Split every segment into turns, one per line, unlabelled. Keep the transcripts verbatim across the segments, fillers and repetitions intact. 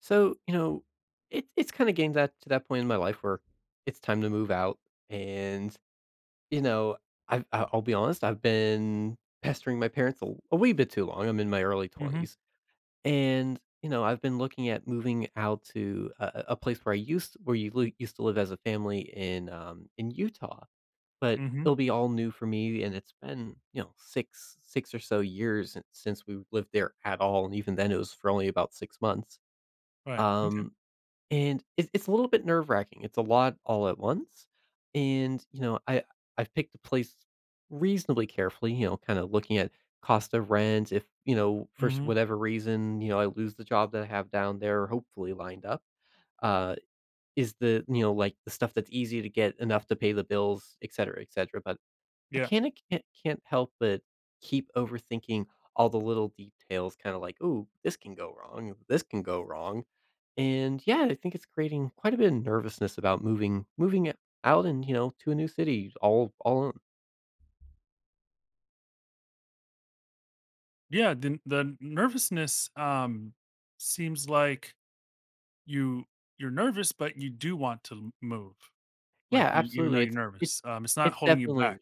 So, you know, it, it's kind of getting that to that point in my life where it's time to move out. And, you know, I've, I- I'll be honest, I've been pestering my parents a, a wee bit too long. I'm in my early
Mhm,
twenties. And, you know, I've been looking at moving out to a, a place where I used where you li- used to live as a family in um, in Utah, but
mhm,
it'll be all new for me. And it's been, you know, six six or so years since we lived there at all. And even then, it was for only about six months.
right, okay,
Um, and it it's a little bit nerve wracking. It's a lot all at once, and, you know, I I've picked a place reasonably carefully, you know, kinda looking at cost of rent, if, you know, for s
mhm,
whatever reason, you know, I lose the job that I have down there, hopefully lined up, uh, is the you know, like, the stuff that's easy to get enough to pay the bills, et cetera, et cetera. But I
yeah.
kinda can't can't help but keep overthinking all the little details kinda like, "Oh, this can go wrong, this can go wrong." And yeah, I think it's creating quite a bit of nervousness about moving moving it out and, you know, to a new city all all on.
Yeah, the the nervousness, um, seems like you you're nervous, but you do want to m move,
Yeah,
like, you even though
absolutely.
you're
It's it
nervous, um, it's not
it's
holding you back.
definitely.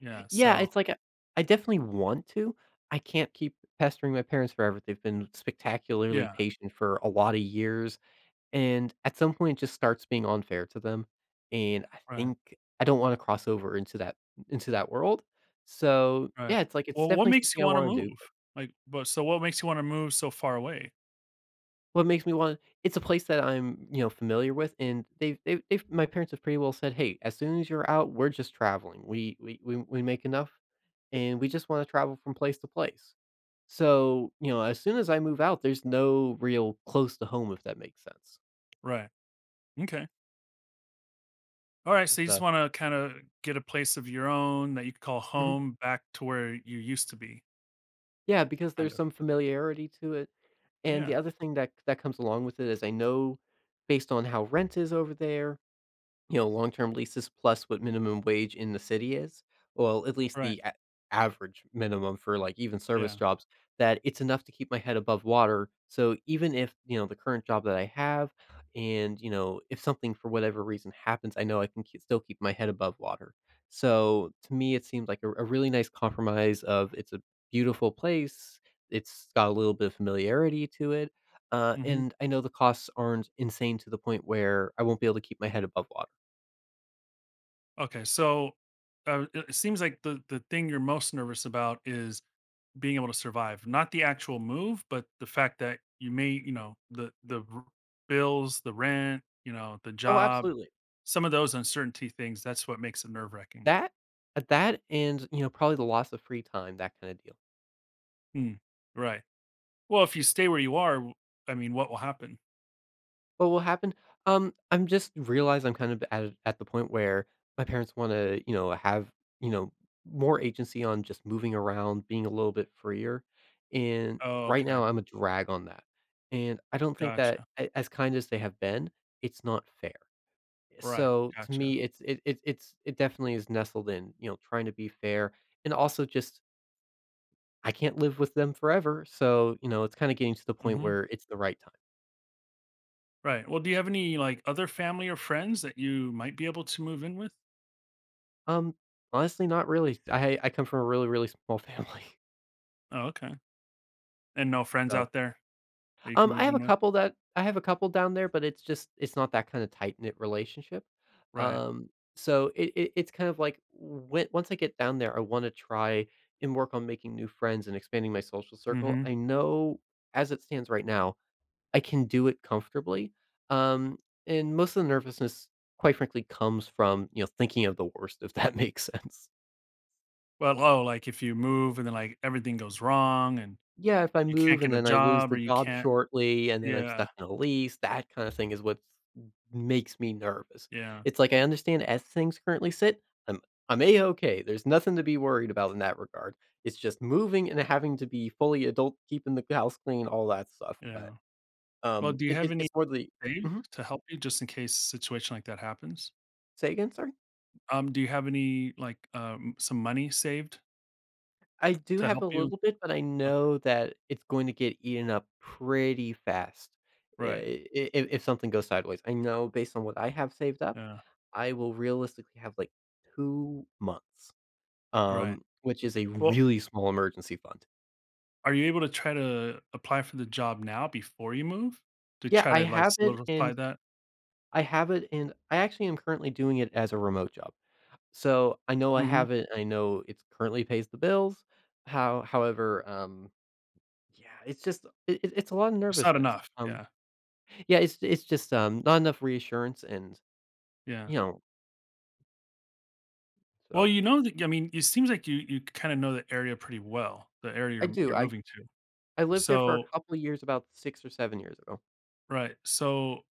Yeah,
Yeah,
so
it's like, I I definitely want to. I can't keep pestering my parents forever. They've been spectacularly
yeah,
patient for a lot of years, and at some point it just starts being unfair to them, and I
right,
think I don't wanna cross over into that into that world. So,
right.
yeah, it's like it's
Well, what
definitely
makes
something
you
I
wanna
wanna do.
move? Like, but so what makes you wanna move so far away?
What makes me want It's a place that I'm, you know, familiar with, and they've they've they've my parents have pretty well said, "Hey, as soon as you're out, we're just traveling. We we we we make enough, and we just wanna travel from place to place." So, you know, as soon as I move out, there's no real close to home, if that makes sense.
Right, okay. Alright, so you just
So.
wanna kinda get a place of your own that you call
Mhm.
home back to where you used to be,
Yeah, because
kind
there's
of.
some familiarity to it, and the
Yeah,
other thing that that comes along with it is I know based on how rent is over there, you know, long-term leases plus what minimum wage in the city is, well, at least
right,
the a average minimum for, like, even service
yeah,
jobs, that it's enough to keep my head above water. So even if, you know, the current job that I have and, you know, if something for whatever reason happens, I know I can k still keep my head above water. So to me, it seemed like a a really nice compromise of it's a beautiful place, it's got a little bit of familiarity to it, uh,
mhm.
and I know the costs aren't insane to the point where I won't be able to keep my head above water.
Okay, so uh, it it seems like the the thing you're most nervous about is being able to survive, not the actual move, but the fact that you may, you know, the the r- bills, the rent, you know, the
Oh,
job,
absolutely.
some of those uncertainty things. That's what makes it nerve wracking.
That uh, that and, you know, probably the loss of free time, that kinda deal.
Right. Well, if you stay where you are, w- I mean, what will happen?
What will happen? Um, I'm just realize I'm kind of at at the point where my parents wanna, you know, have, you know, more agency on just moving around, being a little bit freer, and
Oh,
right
okay,
now I'm a drag on that, and I don't think that
gotcha.
a as kind as they have been, it's not fair.
Right,
So, to
gotcha.
me, it's it it it's it definitely is nestled in, you know, trying to be fair and also just I can't live with them forever, so, you know, it's kinda getting to the point
hmm
where it's the right time.
Right. Well, do you have any like other family or friends that you might be able to move in with?
Um, honestly, not really. I I come from a really, really small family,
Oh, okay. And no friends
so
out there. That you can
um, I
move
have
in
a
with?
couple that I have a couple down there, but it's just it's not that kinda tight-knit relationship.
Right.
Um, so it it it's kind of like when once I get down there, I wanna try and work on making new friends and expanding my social circle.
Mhm.
I know as it stands right now I can do it comfortably. Um, and most of the nervousness, quite frankly, comes from, you know, thinking of the worst, if that makes sense.
Well, oh, like, if you move and then, like, everything goes wrong and
Yeah, if I
you can't
move
get
and
a
then I lose
job or
the
you
job
can't.
shortly and then I'm
Yeah,
stuck in a lease, that kind of thing is what makes me nervous.
yeah,
It's like I understand as things currently sit, I'm I'm a okay. There's nothing to be worried about in that regard. It's just moving and having to be fully adult, keeping the house clean, all that stuff. But
yeah. Well,
um,
do you
it,
have
it,
any
it's more the.
saved
Mhm.
to help you just in case a situation like that happens?
Say again, sorry.
Um, do you have any, like, um, some money saved
I do
to
have
help
a
you?
little bit, but I
Okay.
know that it's going to get eaten up pretty fast
Right.
if if something goes sideways. I know based on what I have saved up,
Yeah.
I will realistically have, like, two months,
Right.
um, which is a
Well,
really small emergency fund.
are you able to try to apply for the job now before you move to
Yeah,
try
I
to, like,
have it,
solidify
and
that?
I have it, and I actually am currently doing it as a remote job. So, I know I
Mhm.
have it, I know it currently pays the bills. How however, um, yeah, it's just it it- it's a lot of
It's not
nervousness,
enough.
um.
Yeah.
Yeah, it's it's just, um, not enough reassurance and,
Yeah.
you know,
Well,
so.
you know that I mean, it seems like you you kinda know the area pretty well, the area
I
you're
do,
you're
I
moving to.
I lived there for a
So
couple of years about six or seven years ago.
right, so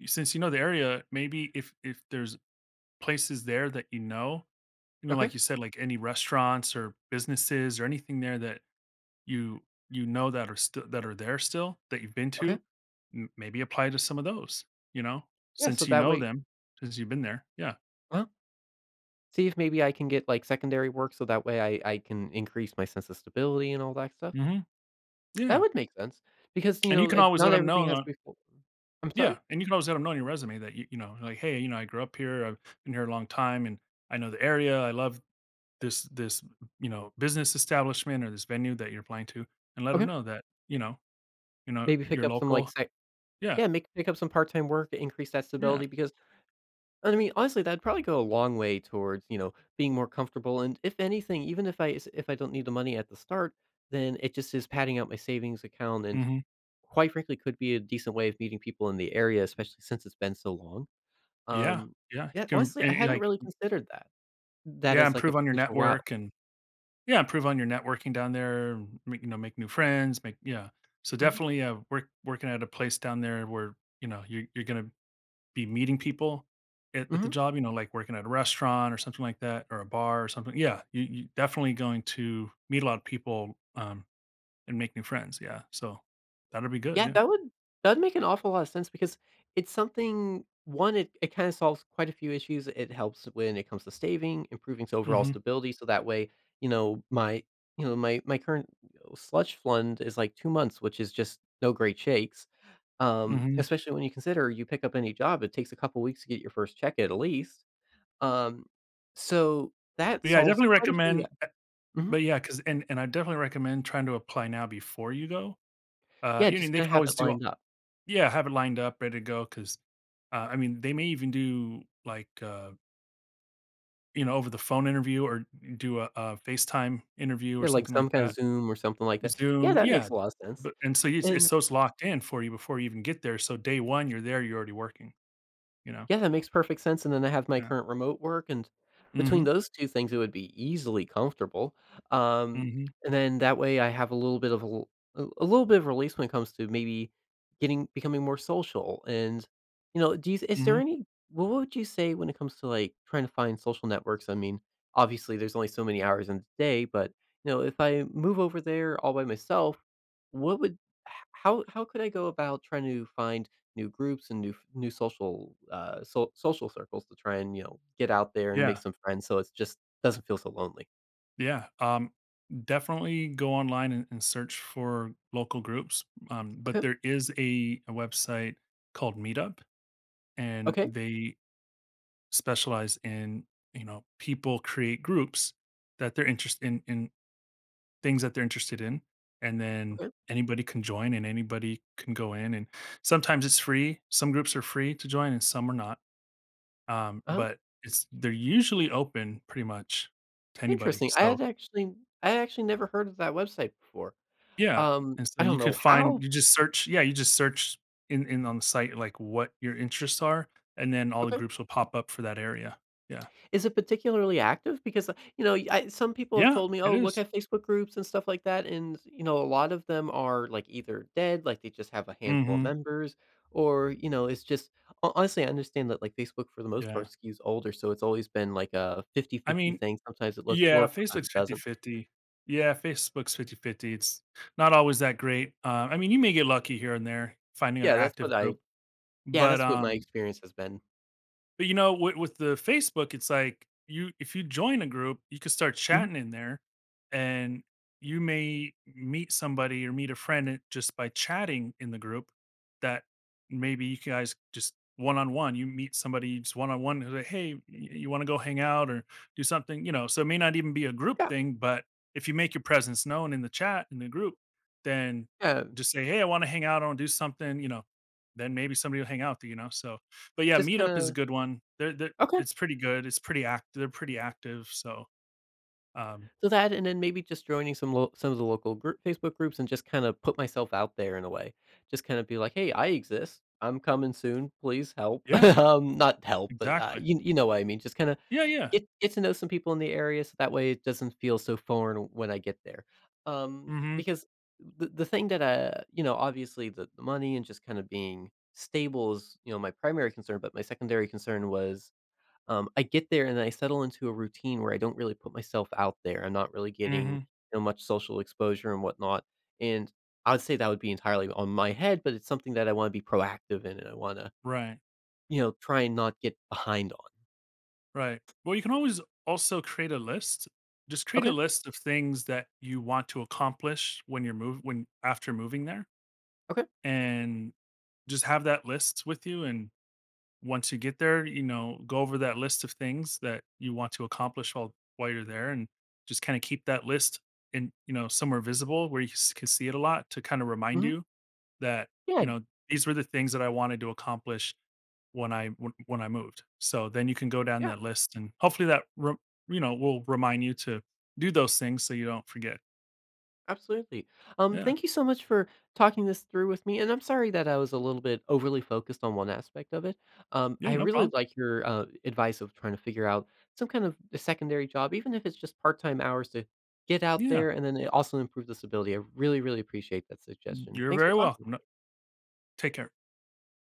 y- since you know the area, maybe if if there's places there that you know, you know,
Okay,
like you said, like any restaurants or businesses or anything there that you you know that are still that are there still that you've been
okay.
to, m maybe apply to some of those, you know,
Yeah, so
since you
that
know
way,
them, since you've been there. Yeah.
well, see if maybe I can get, like, secondary work so that way I I can increase my sense of stability and all that stuff.
Mhm.
That
Yeah.
would make sense because, you
And you
know,
can
it
always let
not
them
everything has
know.
to be full. I'm sorry?
Yeah, and you can always let them know on your resume that you you know, like, "Hey, you know, I grew up here, I've been here a long time, and I know the area, I love this this, you know, business establishment or this venue that you're applying to," and let them
Okay.
know that, you know, you know,
Maybe pick
you're
up some, like,
local.
sec
Yeah,
Yeah, make pick up some part-time work, increase that
yeah.
stability. Because and I mean, honestly, that'd probably go a long way towards, you know, being more comfortable, and if anything, even if I s if I don't need the money at the start, then it just is padding out my savings account and
Mhm.
quite frankly could be a decent way of meeting people in the area, especially since it's been so long.
Yeah,
Um,
yeah. You
yeah,
can
honestly, I
and you're
hadn't
like
really considered that. That
yeah,
as, like, a
improve on your
potential route.
network and yeah, improve on your networking down there, m you know, make new friends, make yeah. So
Mhm.
definitely, uh, work working at a place down there where, you know, you're you're gonna be meeting people at, at the
Mhm.
job, you know, like working at a restaurant or something like that, or a bar or something. Yeah, you, you definitely going to meet a lot of people um, and make new friends. Yeah, so that'll be good.
Yeah,
Yeah.
that would that would make an awful lot of sense because it's something one, it, it kind of solves quite a few issues. It helps when it comes to staving, improving s- overall
hmm
stability. So that way, you know, my you know, my my current, you know, sludge fund is like two months, which is just no great shakes. Um,
hmm
especially when you consider you pick up any job, it takes a couple weeks to get your first check at least. Um, so that
But yeah, I
solves
definitely
quite a few.
recommend. uh,
Mhm.
But yeah, because and and I definitely recommend trying to apply now before you go. Uh,
Yeah,
you know,
just
they
kind
can
of have
always
it
do.
lined up.
Yeah, have it lined up, ready to go. Because uh, I mean, they may even do like uh, you know, over the phone interview or do a, a FaceTime interview or
Yeah, like
something like
some kind of
that.
Zoom or something like that. Yeah,
Zoom,
that
yeah,
makes a lot of sense.
but and so it's it's
And
so it's locked in for you before you even get there, so day one, you're there, you're already working, you know?
yeah, that makes perfect sense, and then I have my
Yeah.
current remote work, and between
Mhm,
those two things, it would be easily comfortable, um,
mhm,
and then that way I have a little bit of a l a a little bit of release when it comes to maybe getting becoming more social, and, you know, do you is there
mhm.
any what would you say when it comes to, like, trying to find social networks? I mean, obviously, there's only so many hours in the day, but, you know, if I move over there all by myself, what would h how how could I go about trying to find new groups and new new social, uh, so social circles to try and, you know, get out there and make
Yeah,
some friends so it's just doesn't feel so lonely.
yeah, um, definitely go online and and search for local groups, um, but
Okay,
there is a a website called Meetup, and
okay,
they specialize in, you know, people create groups that they're interested in in things that they're interested in, and then
okay,
anybody can join and anybody can go in, and sometimes it's free, some groups are free to join and some are not. um,
uh-huh,
but it's they're usually open pretty much to anybody.
interesting. I
So
had actually I had actually never heard of that website before.
yeah,
Um,
and so
I
you
don't
could
know
find,
how.
you just search, yeah, you just search in, in on the site like what your interests are, and then all the
Okay.
groups will pop up for that area. Yeah,
Is it particularly active? Because, uh, you know, I some people have
yeah,
told me,
it
"Oh, look
is.
at Facebook groups and stuff like that," and, you know, a lot of them are, like, either dead, like, they just have a handful of
Mhm.
members, or, you know, it's just ho honestly, I understand that, like, Facebook for the most
yeah
part skews older, so it's always been like a
i
fifty-fifty
mean
thing. Sometimes it look
Yeah,
works, sometimes it
Facebook's
doesn't.
fifty-fifty. Yeah, Facebook's fifty-fifty. It's not always that great. Uh, I mean, you may get lucky here and there finding an
Yeah, that's
active
what I
group,
yeah,
but,
that's what my
um,
experience has been.
but you know, with, with the Facebook, it's like you if you join a group, you could start
Mhm.
chatting in there, and you may meet somebody or meet a friend, it- just by chatting in the group. That maybe you guys just one on one, you meet somebody just one on one. Who's Like, hey, y- you want to go hang out or do something? You know, so it may not even be a group
Yeah,
thing, but if you make your presence known in the chat in the group, then
yeah,
just say, hey, I want to hang out. I want to do something. You know, then maybe somebody will hang out. With You you know, so but yeah,
just
Meetup is a
kinda.
good one. They're they're
Okay.
it's pretty good. It's pretty act they're pretty active, so, um
So that, and then maybe just joining some lo some of the local group Facebook groups and just kinda put myself out there in a way. Just kinda be like, "Hey, I exist. I'm coming soon. Please help."
yeah,
Um, not help, but, uh,
exactly.
you you know what I mean. Just kinda
Yeah, yeah.
get get to know some people in the area so that way it doesn't feel so foreign when I get there. Um,
mm
because the the thing that, I you know, obviously the the money and just kinda being stable is, you know, my primary concern, but my secondary concern was um, I get there and I settle into a routine where I don't really put myself out there. I'm not really
Mhm,
getting,
mm
you
mhm.
know, much social exposure and whatnot. And I would say that would be entirely on my head, but it's something that I want to be proactive in and I want to,
Right,
you know, try and not get behind on.
right. Well, you can always also create a list. Just create a
Okay.
list of things that you want to accomplish when you're move when after moving there,
Okay.
and just have that list with you, and once you get there, you know, go over that list of things that you want to accomplish while while you're there, and just kind of keep that list in, you know, somewhere visible where you s- can see it a lot to kind of remind
Hmm.
you that, you
Yeah.
know, these were the things that I wanted to accomplish when I when, when I moved. So then you can go down
Yeah.
that list, and hopefully that re- you know will remind you to do those things so you don't forget.
Absolutely. Um,
Yeah,
thank you so much for talking this through with me, and I'm sorry that I was a little bit overly focused on one aspect of it. Um,
yeah,
I
no
really
problem.
like your uh, advice of trying to figure out some kind of a secondary job, even if it's just part-time hours to get out
Yeah,
there, and then it also improves this ability. I really, really appreciate that suggestion.
you're
Thanks for
very
talking.
welcome. No, take care.